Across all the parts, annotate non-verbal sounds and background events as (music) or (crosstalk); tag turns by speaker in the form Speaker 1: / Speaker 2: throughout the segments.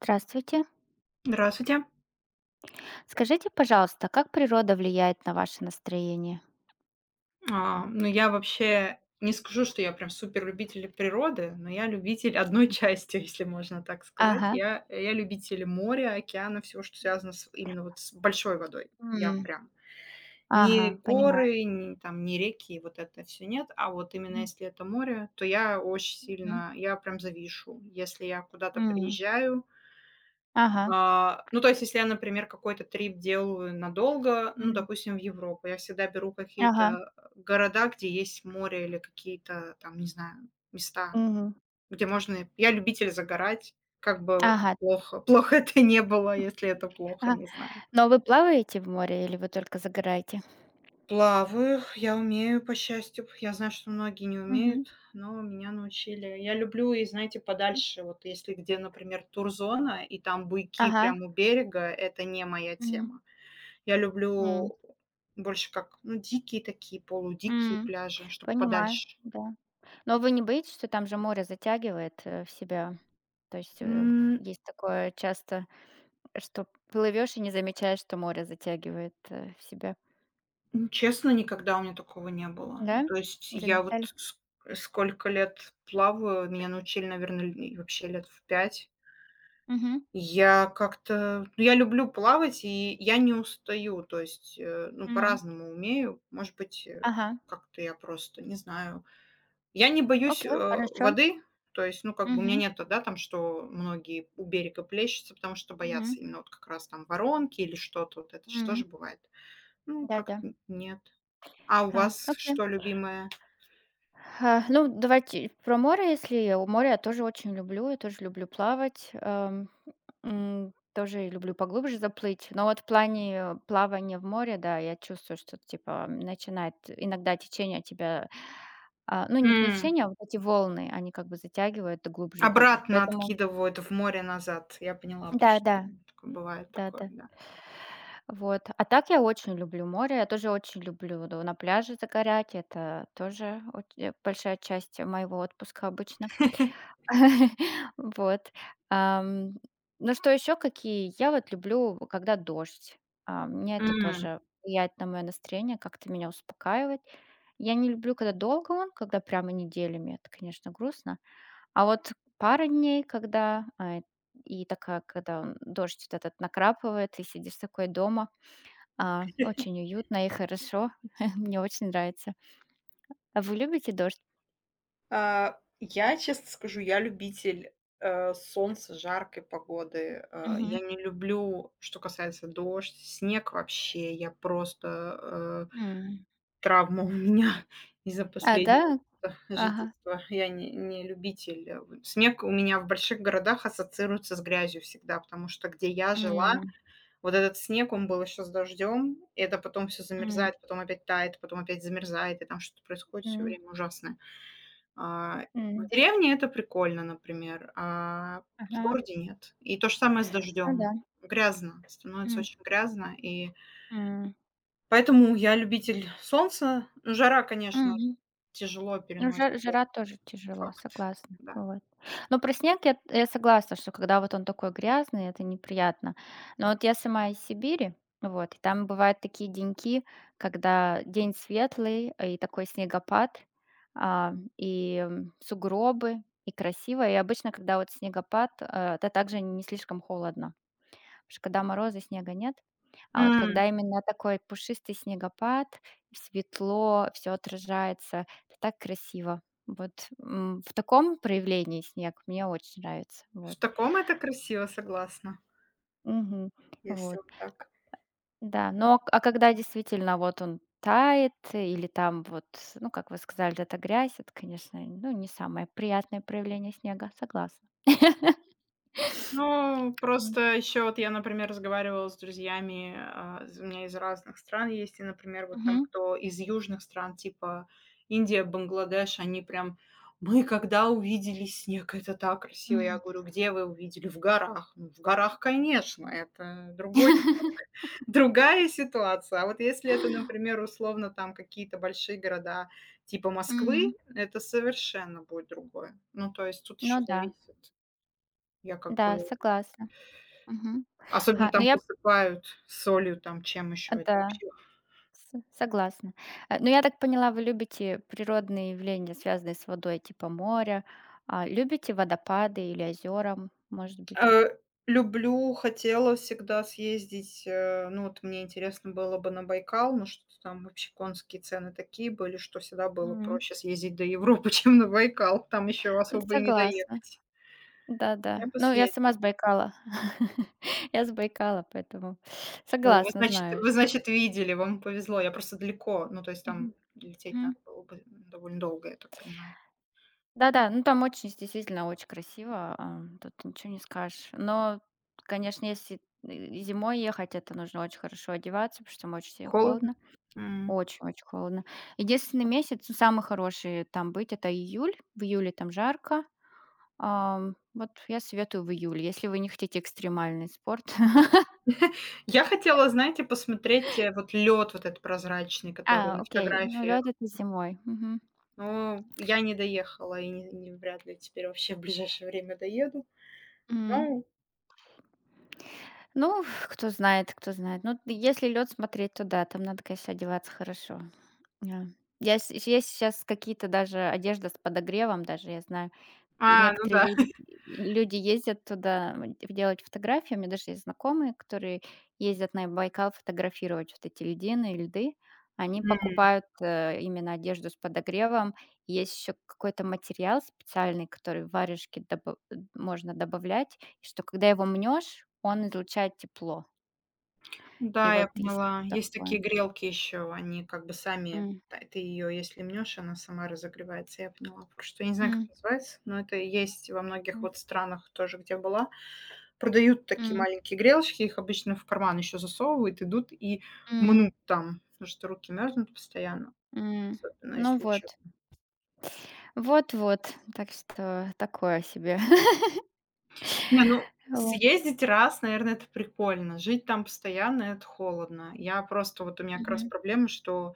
Speaker 1: Здравствуйте.
Speaker 2: Здравствуйте.
Speaker 1: Скажите, пожалуйста, как природа влияет на ваше настроение?
Speaker 2: А, ну, я вообще не скажу, что я прям суперлюбитель природы, но я любитель одной
Speaker 1: М.
Speaker 2: части, (laughs) если можно так сказать.
Speaker 1: Ага.
Speaker 2: Я любитель моря, океана, всего, что связано с, именно вот с большой водой. Я
Speaker 1: М.
Speaker 2: прям не
Speaker 1: Ага, понимаю.
Speaker 2: горы, не, там, не реки, вот это все нет, а вот именно
Speaker 1: Мгм.
Speaker 2: если это море, то я очень
Speaker 1: Мгм.
Speaker 2: сильно, я прям завишу. Если я куда-то
Speaker 1: М.
Speaker 2: приезжаю...
Speaker 1: Ага.
Speaker 2: А, ну, то есть, если я, например, какой-то трип делаю надолго, ну,
Speaker 1: М.
Speaker 2: допустим, в Европу, я всегда беру
Speaker 1: Ага.
Speaker 2: какие-то города, где есть море или какие-то там, не знаю, места,
Speaker 1: Мгм.
Speaker 2: где можно... Я любитель загорать, как бы
Speaker 1: Ага.
Speaker 2: плохо. (laughs) Плохо это не было, если это плохо,
Speaker 1: Ага.
Speaker 2: не знаю.
Speaker 1: Но вы плаваете в море или вы только загораете?
Speaker 2: Плаваю, я умею, по счастью. Я знаю, что многие не
Speaker 1: Мгм.
Speaker 2: умеют, но меня научили. Я люблю, и знаете,
Speaker 1: М.
Speaker 2: подальше, вот если где, например, турзона, и там буйки
Speaker 1: Ага.
Speaker 2: прямо у берега, это не моя
Speaker 1: Мгм.
Speaker 2: тема. Я
Speaker 1: М.
Speaker 2: люблю больше как, ну, дикие такие, полудикие
Speaker 1: М.
Speaker 2: пляжи, чтобы
Speaker 1: Понимаю,
Speaker 2: подальше.
Speaker 1: да. Но вы не боитесь, что там же море затягивает, в себя? То есть,
Speaker 2: М,
Speaker 1: есть такое часто, что плывешь и не замечаешь, что море затягивает, в себя.
Speaker 2: ну, честно, никогда у меня такого не было.
Speaker 1: Да?
Speaker 2: Ну, то есть я
Speaker 1: Заметали?
Speaker 2: вот ск сколько лет плаваю, меня научили, наверное, вообще лет в 5.
Speaker 1: Мгм,
Speaker 2: Я как-то ну, я люблю плавать, и я не устаю. То есть, ну,
Speaker 1: мгм.
Speaker 2: по-разному умею. Может быть,
Speaker 1: Ага,
Speaker 2: как-то я просто, не знаю. Я не боюсь,
Speaker 1: окей, хорошо.
Speaker 2: воды. То есть, ну, как бы у меня
Speaker 1: Мгм,
Speaker 2: нету, да, там, что многие у берега плещутся, потому что боятся
Speaker 1: мгм,
Speaker 2: именно вот как раз там воронки или что-то. Вот это же
Speaker 1: м.
Speaker 2: тоже бывает. Ну, как
Speaker 1: Да-да.
Speaker 2: нет. А у
Speaker 1: А,
Speaker 2: вас
Speaker 1: окей.
Speaker 2: что любимое?
Speaker 1: А, ну, давайте про море, если море я тоже очень люблю, я тоже люблю плавать, м, тоже люблю поглубже заплыть. Но вот в плане плавания в море, да, я чувствую, что типа начинает иногда течение тебя, а, ну, не
Speaker 2: М,
Speaker 1: течение, а вот эти волны, они как бы затягивают глубже и глубже.
Speaker 2: Обратно
Speaker 1: Поэтому
Speaker 2: откидывают в море назад. Я поняла, про что.
Speaker 1: да-да,
Speaker 2: Такое Бывает такое,
Speaker 1: да-да.
Speaker 2: да.
Speaker 1: Вот. А так я очень люблю море. Я тоже очень люблю на пляже загорять. Это тоже большая часть моего отпуска обычно. (laughs) Вот. Ам, ну что еще какие? Я вот люблю, когда дождь. А, мне это тоже
Speaker 2: (laughs)
Speaker 1: влияет на мое настроение, как-то меня успокаивает. Я не люблю, когда долго он, когда прямо неделями. Это, конечно, грустно. А вот пара дней, когда и такая, когда он, дождь вот этот накрапывает, и сидишь такой дома, очень уютно и хорошо. (laughs) Мне очень нравится. А вы любите дождь?
Speaker 2: А, я, честно скажу, я любитель, солнца, жаркой погоды. Я
Speaker 1: Мгм.
Speaker 2: не люблю, что касается дождь, снег вообще. Я просто,
Speaker 1: М.
Speaker 2: травма у меня (laughs) из-за
Speaker 1: А, да?
Speaker 2: последнего
Speaker 1: Ага.
Speaker 2: жительства. Я не любитель, в снег у меня в больших городах ассоциируется с грязью всегда, потому что где я жила,
Speaker 1: М,
Speaker 2: вот этот снег, он был еще с дождем, это потом все
Speaker 1: м.
Speaker 2: замерзает, потом опять тает, потом опять замерзает, и там что-то происходит все
Speaker 1: М,
Speaker 2: время ужасное. А, в
Speaker 1: м.
Speaker 2: деревне это прикольно, например, а в
Speaker 1: Ага.
Speaker 2: городе нет. И то же самое с
Speaker 1: Ну
Speaker 2: дождем.
Speaker 1: да.
Speaker 2: Грязно, становится
Speaker 1: М,
Speaker 2: очень грязно. И
Speaker 1: м.
Speaker 2: поэтому я любитель солнца. Ну, жара, конечно,
Speaker 1: Мгм.
Speaker 2: тяжело
Speaker 1: Ну,
Speaker 2: переносит,
Speaker 1: жо
Speaker 2: это
Speaker 1: жара тоже тяжело,
Speaker 2: факт,
Speaker 1: согласна.
Speaker 2: да.
Speaker 1: Вот. Но про снег я согласна, что когда вот он такой грязный, это неприятно. Но вот я сама из Сибири, вот, и там бывают такие деньки, когда день светлый, и такой снегопад, сугробы, и красиво. И обычно, когда вот снегопад, это также не слишком холодно. Потому что когда морозы, снега нет. А вот
Speaker 2: М,
Speaker 1: когда именно такой пушистый снегопад, светло, все отражается, это так красиво. Вот, м, в таком проявлении снег мне очень нравится.
Speaker 2: в
Speaker 1: Вот.
Speaker 2: таком это красиво, согласна,
Speaker 1: Мгм.
Speaker 2: если
Speaker 1: Вот.
Speaker 2: вот так.
Speaker 1: Да, но к а когда действительно вот он тает или там вот, ну, как вы сказали, это грязь, это, конечно, ну, не самое приятное проявление снега, согласна.
Speaker 2: Ну,
Speaker 1: М.
Speaker 2: просто еще вот я, например, разговаривала с друзьями, а, у меня из разных стран есть, и, например, вот там
Speaker 1: Мгм.
Speaker 2: кто из южных стран, типа Индия, Бангладеш, мы когда увидели снег, это так красиво. Я
Speaker 1: Мгм.
Speaker 2: говорю, где вы увидели? В горах. Ну, в горах, конечно, это другой,
Speaker 1: (laughs)
Speaker 2: (laughs) другая ситуация. А вот если это, например, условно там какие-то большие города типа
Speaker 1: Мгм.
Speaker 2: Москвы, это совершенно будет другое. Ну, то есть тут
Speaker 1: Ну
Speaker 2: еще
Speaker 1: да,
Speaker 2: зависит. Я как бы
Speaker 1: да, согласна. Мгм.
Speaker 2: Особенно
Speaker 1: Ага, но
Speaker 2: там
Speaker 1: я
Speaker 2: посыпают солью, там чем
Speaker 1: А,
Speaker 2: еще, это
Speaker 1: да,
Speaker 2: вообще.
Speaker 1: с согласна. А, но я так поняла, вы любите природные явления, связанные с водой, типа моря. А, любите водопады или озера, м, может быть?
Speaker 2: Э, Люблю, хотела всегда съездить, ну, вот мне интересно было бы на Байкал, но что-то там вообще конские цены такие были, что всегда было
Speaker 1: М.
Speaker 2: проще съездить до Европы, (laughs) чем на Байкал, там еще
Speaker 1: Н
Speaker 2: особо и не
Speaker 1: Согласна.
Speaker 2: доехать. Я
Speaker 1: Да-да.
Speaker 2: бы
Speaker 1: Ну, я сама
Speaker 2: съездила.
Speaker 1: с Байкала. (laughs) Я с Байкала, поэтому
Speaker 2: О,
Speaker 1: согласна, знаю,
Speaker 2: вы,
Speaker 1: что это.
Speaker 2: значит, видели, вам повезло. Я просто далеко, ну, то есть там
Speaker 1: Мгм.
Speaker 2: лететь
Speaker 1: Мгм.
Speaker 2: надо было бы довольно долго, я так понимаю.
Speaker 1: Да-да, ну, там очень, действительно, очень красиво, ам, тут ничего не скажешь. Но, конечно, если, зимой ехать, это нужно очень хорошо одеваться, потому что там очень сильно
Speaker 2: Холодно?
Speaker 1: холодно.
Speaker 2: М.
Speaker 1: Очень-очень холодно. Единственный месяц, ну, самый хороший там это июль. В июле там жарко. Ам, вот я советую в июле, если вы не хотите экстремальный спорт. (laughs)
Speaker 2: Я хотела, знаете, посмотреть, вот лед, вот этот прозрачный, который
Speaker 1: А,
Speaker 2: на
Speaker 1: окей, ну лед
Speaker 2: фотографиях,
Speaker 1: это зимой. Мгм.
Speaker 2: но я не доехала и не вряд ли теперь вообще в ближайшее время доеду.
Speaker 1: М.
Speaker 2: Ну.
Speaker 1: Ну, (sighs) кто знает, кто знает. Ну, если лед смотреть, то да, там надо, конечно, одеваться хорошо. Да. Есть сейчас какие-то даже одежда с подогревом даже, я знаю.
Speaker 2: А, ну
Speaker 1: Некоторые
Speaker 2: да.
Speaker 1: лю Люди ездят туда, м, делать фотографии. У меня даже есть знакомые, которые ездят на Байкал фотографировать вот эти льдины и льды. Они
Speaker 2: М.
Speaker 1: покупают, именно одежду с подогревом. Есть еще какой-то материал специальный, который в варежке добав можно добавлять, и что когда его мнешь, он излучает тепло. И
Speaker 2: Да, я
Speaker 1: вот есть еще
Speaker 2: поняла. Есть
Speaker 1: такое.
Speaker 2: такие грелки еще, они как бы сами
Speaker 1: М.
Speaker 2: та ты её если мнешь, она сама разогревается, я поняла. Просто я не знаю, как
Speaker 1: М.
Speaker 2: называется, но это есть во многих
Speaker 1: М.
Speaker 2: вот странах тоже, где была. Продают такие
Speaker 1: М.
Speaker 2: маленькие грелочки, их обычно в карман еще засовывают, идут и
Speaker 1: М.
Speaker 2: мнут там, потому что руки мерзнут постоянно,
Speaker 1: М.
Speaker 2: особенно
Speaker 1: Ну
Speaker 2: если еще...
Speaker 1: вот. Вот-вот. Так что такое себе.
Speaker 2: Не, ну,
Speaker 1: (laughs)
Speaker 2: съездить раз, наверное, это прикольно, жить там постоянно- это холодно. Я просто вот у меня как раз
Speaker 1: Мгм,
Speaker 2: проблема, что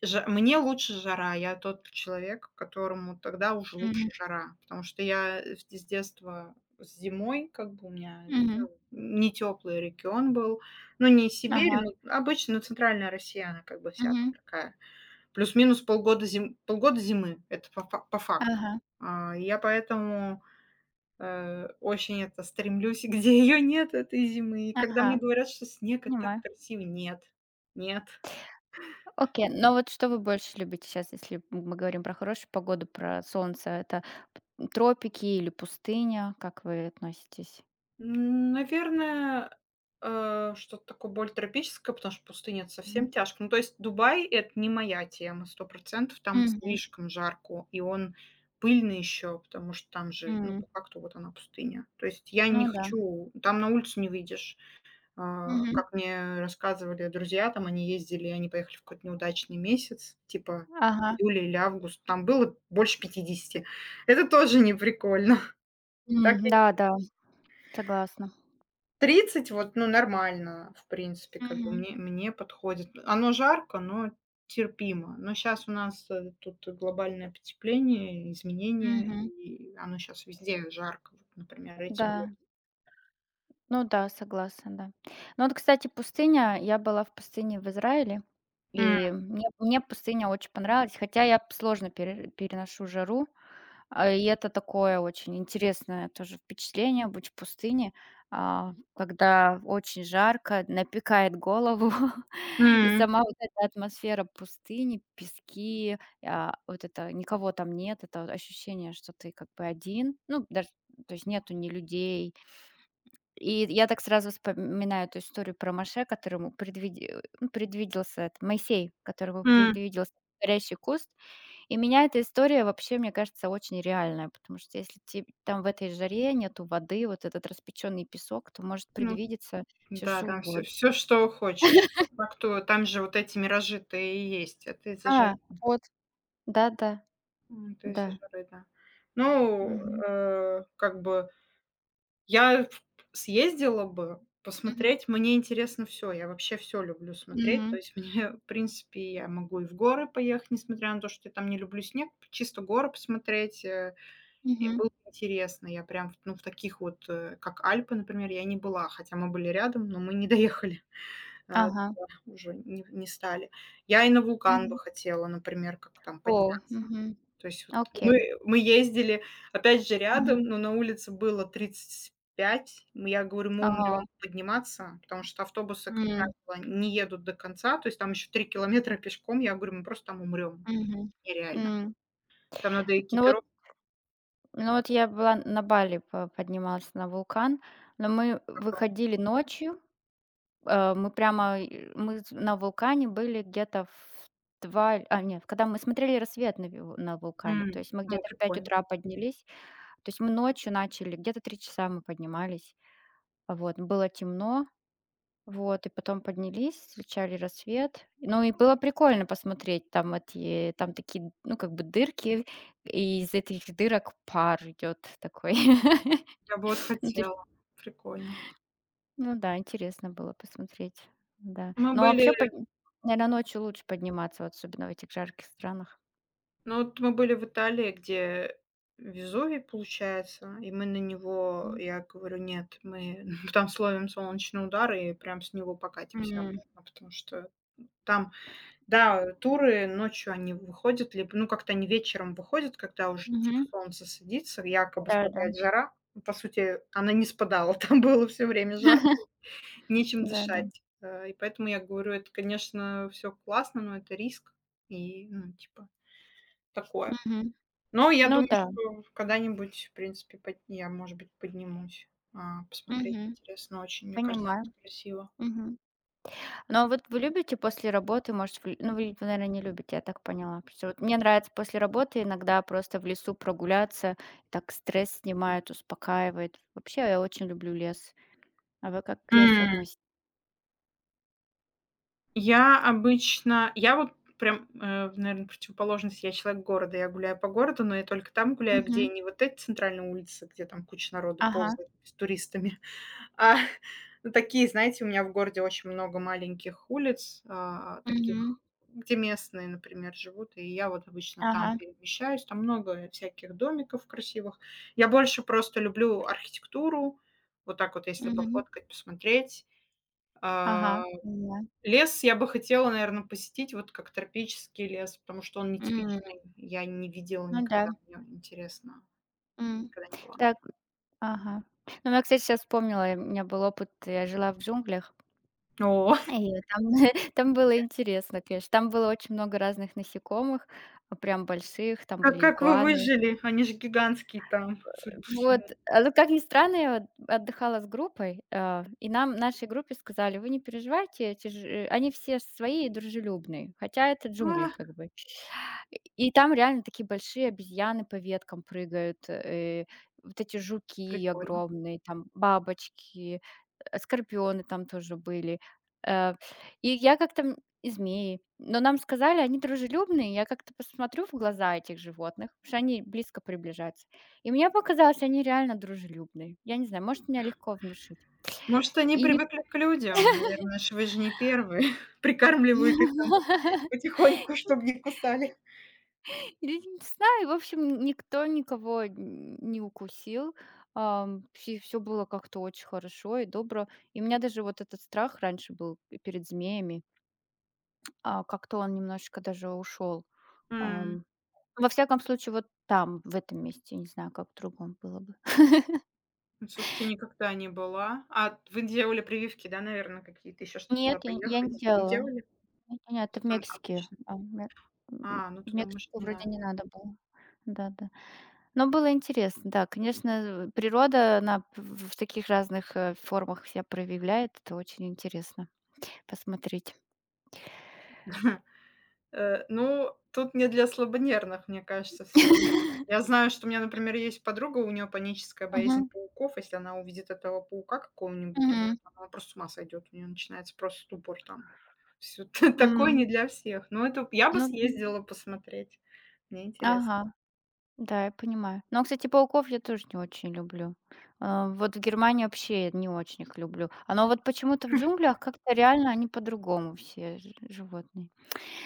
Speaker 2: Жа мне лучше жара. Я тот человек, которому тогда уже
Speaker 1: мгм,
Speaker 2: лучше жара, потому что я, с детства с зимой, как бы у меня,
Speaker 1: мгм.
Speaker 2: ну, не тёплый регион был. Ну, не Сибирь,
Speaker 1: Ага,
Speaker 2: но обычно, ну, центральная Россия, она как бы вся там
Speaker 1: мгм.
Speaker 2: такая. Плюс-минус полгода зим полгода зимы. Это по факту.
Speaker 1: Ага,
Speaker 2: А, я поэтому, очень это стремлюсь, (laughs) где её нет, этой зимы. И когда мне
Speaker 1: ага,
Speaker 2: говорят, что снег- это так
Speaker 1: понимаю.
Speaker 2: красиво- нет, нет.
Speaker 1: Окей, но вот что вы больше любите сейчас, если мы говорим про хорошую погоду, про солнце? Это, тропики или пустыня? Как вы относитесь?
Speaker 2: М, наверное, что-то такое более тропическое, потому что пустыня- это совсем
Speaker 1: Мгм.
Speaker 2: тяжко. Ну, то есть Дубай- это не моя тема 100. Там
Speaker 1: Мгм,
Speaker 2: слишком жарко, и он пыльный еще, потому что там же, ну,
Speaker 1: м.
Speaker 2: по факту вот она пустыня. То есть я не
Speaker 1: Ну да.
Speaker 2: хочу, там на улицу не выйдешь. А,
Speaker 1: Мгм.
Speaker 2: как мне рассказывали друзья, там они ездили, они поехали в какой-то неудачный месяц, типа
Speaker 1: Ага.
Speaker 2: июля или август, там было больше 50. Это тоже не прикольно. (laughs) Так
Speaker 1: М, да-да, согласна.
Speaker 2: 30 вот, ну, нормально, в принципе, как бы
Speaker 1: Мгм,
Speaker 2: мне подходит. Оно жарко, но терпимо. Но сейчас у нас, тут глобальное потепление, изменения,
Speaker 1: мгм.
Speaker 2: и оно сейчас везде жарко, вот, например, этим летом.
Speaker 1: Да. Ну да, согласна, да. Ну вот, кстати, пустыня. Я была в пустыне в Израиле,
Speaker 2: М.
Speaker 1: и мне пустыня очень понравилась, хотя я сложно переношу жару, и это такое очень интересное тоже впечатление быть в пустыне, когда очень жарко, напекает голову, (laughs) и
Speaker 2: М.
Speaker 1: сама вот эта атмосфера пустыни, пески, вот это никого там нет, это вот ощущение, что ты как бы один. Ну, даже то есть нету ни людей, и я так сразу вспоминаю эту историю про Моше, которому предвиделся этот Моисей, которому
Speaker 2: М.
Speaker 1: предвиделся горящий куст. И меня эта история вообще, мне кажется, очень реальная, потому что если те там в этой жаре нету воды, вот этот распеченный песок, то может
Speaker 2: Ну
Speaker 1: предвидеться все
Speaker 2: да,
Speaker 1: что
Speaker 2: там все
Speaker 1: угодно.
Speaker 2: все что хочешь. По факту там же вот эти миражи-то и есть. Это из-за
Speaker 1: А,
Speaker 2: жары.
Speaker 1: вот. Да-да, да.
Speaker 2: Это из-за
Speaker 1: Да.
Speaker 2: жары, да. Ну,
Speaker 1: Мгм.
Speaker 2: как бы Я в съездила бы
Speaker 1: Мгм.
Speaker 2: посмотреть. Мне интересно все. Я вообще все люблю смотреть. То
Speaker 1: Мгм.
Speaker 2: есть мне, (laughs) в принципе, я могу и в горы поехать, несмотря на то, что я там не люблю снег, чисто горы посмотреть, и
Speaker 1: Мгм.
Speaker 2: было интересно. Я прям, ну, в таких вот, как Альпы, например, я не была, хотя мы были рядом, но мы не доехали. (laughs)
Speaker 1: Ага.
Speaker 2: Уже не стали. Я и на вулкан бы
Speaker 1: Мгм.
Speaker 2: хотела, например, как там
Speaker 1: О,
Speaker 2: подняться.
Speaker 1: мгм.
Speaker 2: То есть вот мы
Speaker 1: Окей.
Speaker 2: ездили, опять же,
Speaker 1: Мгм.
Speaker 2: рядом, но на улице было 35. Я говорю: "Мы умрём
Speaker 1: Ага.
Speaker 2: подниматься", потому что автобусы, как
Speaker 1: М.
Speaker 2: правило, не едут до конца. То есть там еще 3 километра пешком. Я говорю: "Мы просто там умрём".
Speaker 1: Мгм.
Speaker 2: Нереально.
Speaker 1: М.
Speaker 2: Там надо
Speaker 1: Ну,
Speaker 2: экипировку.
Speaker 1: ну вот я была на Бали, по поднималась на вулкан, но мы выходили ночью. Э, мы прямо и мы с на вулкане были где-то в 2, а нет, когда мы смотрели рассвет на вулкане, то
Speaker 2: М.
Speaker 1: есть мы
Speaker 2: Ну,
Speaker 1: где-то в 5
Speaker 2: прикольно.
Speaker 1: утра поднялись, то есть мы ночью начали, где-то 3 часа мы поднимались. Вот, было темно. Вот, и потом поднялись, встречали рассвет. Ну, и было прикольно посмотреть, там эти, там такие, ну, как бы дырки, и из этих дырок пар идет такой. (laughs)
Speaker 2: Я бы вот
Speaker 1: Ну, то есть,
Speaker 2: хотела. Прикольно.
Speaker 1: ну да, интересно было посмотреть, да.
Speaker 2: Мы
Speaker 1: Но
Speaker 2: были.
Speaker 1: вообще, наверное, ночью лучше подниматься, вот особенно в этих жарких странах.
Speaker 2: Ну, вот мы были в Италии, где Везувий, получается, и мы на него
Speaker 1: М.
Speaker 2: я говорю: "Нет, мы (laughs) там словим солнечный удар и прям с него покатимся
Speaker 1: М.
Speaker 2: обратно". Потому что там, да, туры ночью они выходят, либо, ну, как-то они вечером выходят, когда уже типа
Speaker 1: Мгм.
Speaker 2: солнце садится, якобы
Speaker 1: Да-да.
Speaker 2: спадает жара. Ну, по сути, она не спадала, (laughs) там было все время жарко, нечем
Speaker 1: Да-да.
Speaker 2: дышать. Э, и поэтому я говорю: "Это, конечно, все классно, но это риск". И, ну, типа
Speaker 1: (laughs)
Speaker 2: такое.
Speaker 1: Мгм.
Speaker 2: Но я
Speaker 1: Ну
Speaker 2: думаю,
Speaker 1: да.
Speaker 2: что когда-нибудь, в принципе, под я, может быть, поднимусь, а, посмотреть.
Speaker 1: Мгм.
Speaker 2: Интересно очень, мне кажется,
Speaker 1: Понимаю.
Speaker 2: красиво.
Speaker 1: Мгм. Ну, а вот вы любите после работы, может, в л ну, вы, наверное, не любите, я так поняла. Потому что вот мне нравится после работы иногда просто в лесу прогуляться, так стресс снимает, успокаивает. Вообще, я очень люблю лес. А вы как к лесу
Speaker 2: М,
Speaker 1: относитесь?
Speaker 2: я вот прям, наверно, противоположность. Я человек города, я гуляю по городу, но я только там гуляю, где
Speaker 1: Мгм.
Speaker 2: не вот эти центральные улицы, где там куча народу
Speaker 1: Ага.
Speaker 2: ползает с туристами. А, (laughs) ну, такие, знаете, у меня в городе очень много маленьких улиц, а,
Speaker 1: Мгм.
Speaker 2: таких, где местные, например, живут, и я вот обычно там
Speaker 1: Ага.
Speaker 2: перемещаюсь. Там много всяких домиков красивых. Я больше просто люблю архитектуру, вот так вот, если
Speaker 1: Мгм.
Speaker 2: пофоткать, посмотреть. А,
Speaker 1: Ага, поняла.
Speaker 2: лес я бы хотела, наверное, посетить, вот как тропический лес, потому что он
Speaker 1: М.
Speaker 2: нетипичный. Я не видела
Speaker 1: Ну да.
Speaker 2: никогда, мне интересно,
Speaker 1: М.
Speaker 2: никогда не была.
Speaker 1: Так, ага. Ну, я, кстати, сейчас вспомнила, у меня был опыт, я жила в джунглях.
Speaker 2: О.
Speaker 1: И там (laughs) там было интересно, конечно. Там было очень много разных насекомых, прям больших. Там
Speaker 2: А
Speaker 1: были
Speaker 2: как вы
Speaker 1: игуаны.
Speaker 2: выжили? Они же гигантские там, судя по
Speaker 1: Вот,
Speaker 2: всему.
Speaker 1: ну, как ни странно, я вот отдыхала с группой, и нам, нашей группе сказали: "Вы не переживайте, они все свои и дружелюбные". Хотя это джунгли
Speaker 2: А,
Speaker 1: как бы. И там реально такие большие обезьяны по веткам прыгают, вот эти жуки
Speaker 2: прикольно.
Speaker 1: огромные, там бабочки, скорпионы там тоже были. Э, и я как-то, м И змеи. Но нам сказали, они дружелюбные. Я как-то посмотрю в глаза этих животных, потому что они близко приближаются. И мне показалось, они реально дружелюбные. Я не знаю, может, меня легко внушить.
Speaker 2: Может, они
Speaker 1: И ник
Speaker 2: привыкли к людям? Наверное, ж вы же не первые. (laughs) Прикармливают их там
Speaker 1: (laughs)
Speaker 2: потихоньку, чтобы не кусали.
Speaker 1: Или не знаю, в общем, никто никого н не укусил. Все было как-то очень хорошо и добро. И у меня даже вот этот страх раньше был перед змеями, а как-то он немножечко даже ушел.
Speaker 2: М.
Speaker 1: Во всяком случае, вот там, в этом месте, не знаю, как в другом было бы. (laughs)
Speaker 2: Ну, слушайте, никогда не была. А вы делали прививки, да, наверное, какие-то еще, чтобы туда
Speaker 1: Нет, я не
Speaker 2: поехать? Не
Speaker 1: делала.
Speaker 2: делали?
Speaker 1: Нет, это
Speaker 2: Что
Speaker 1: в
Speaker 2: там
Speaker 1: Мексике.
Speaker 2: обычно?
Speaker 1: А, в Ме М,
Speaker 2: А, ну
Speaker 1: в
Speaker 2: туда, может,
Speaker 1: Мексику
Speaker 2: не
Speaker 1: вроде
Speaker 2: надо.
Speaker 1: не надо было. Да-да. Но было интересно, да. Конечно, природа, она в таких разных, формах себя проявляет. Это очень интересно посмотреть.
Speaker 2: (laughs) Ну, тут не для слабонервных, мне кажется, все равно. Я знаю, что у меня, например, есть подруга, у нее паническая боязнь
Speaker 1: Мгм.
Speaker 2: пауков. Если она увидит этого паука какого-нибудь, у меня
Speaker 1: Мгм.
Speaker 2: там она просто с ума сойдет, у нее начинается просто ступор там. Все (laughs) такое не
Speaker 1: М.
Speaker 2: для всех. Но это я бы
Speaker 1: Ну д
Speaker 2: съездила посмотреть. Мне интересно.
Speaker 1: Ага. Да, я понимаю. Но, кстати, пауков я тоже не очень люблю. А, вот в Германии вообще я не очень их люблю. А, но вот почему-то в джунглях как-то реально они по-другому все ж животные.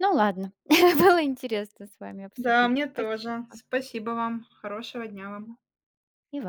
Speaker 1: Ну ладно, (laughs) было интересно с вами
Speaker 2: Да,
Speaker 1: обсудить.
Speaker 2: мне
Speaker 1: Спасибо.
Speaker 2: тоже. Спасибо вам. Хорошего дня вам.
Speaker 1: И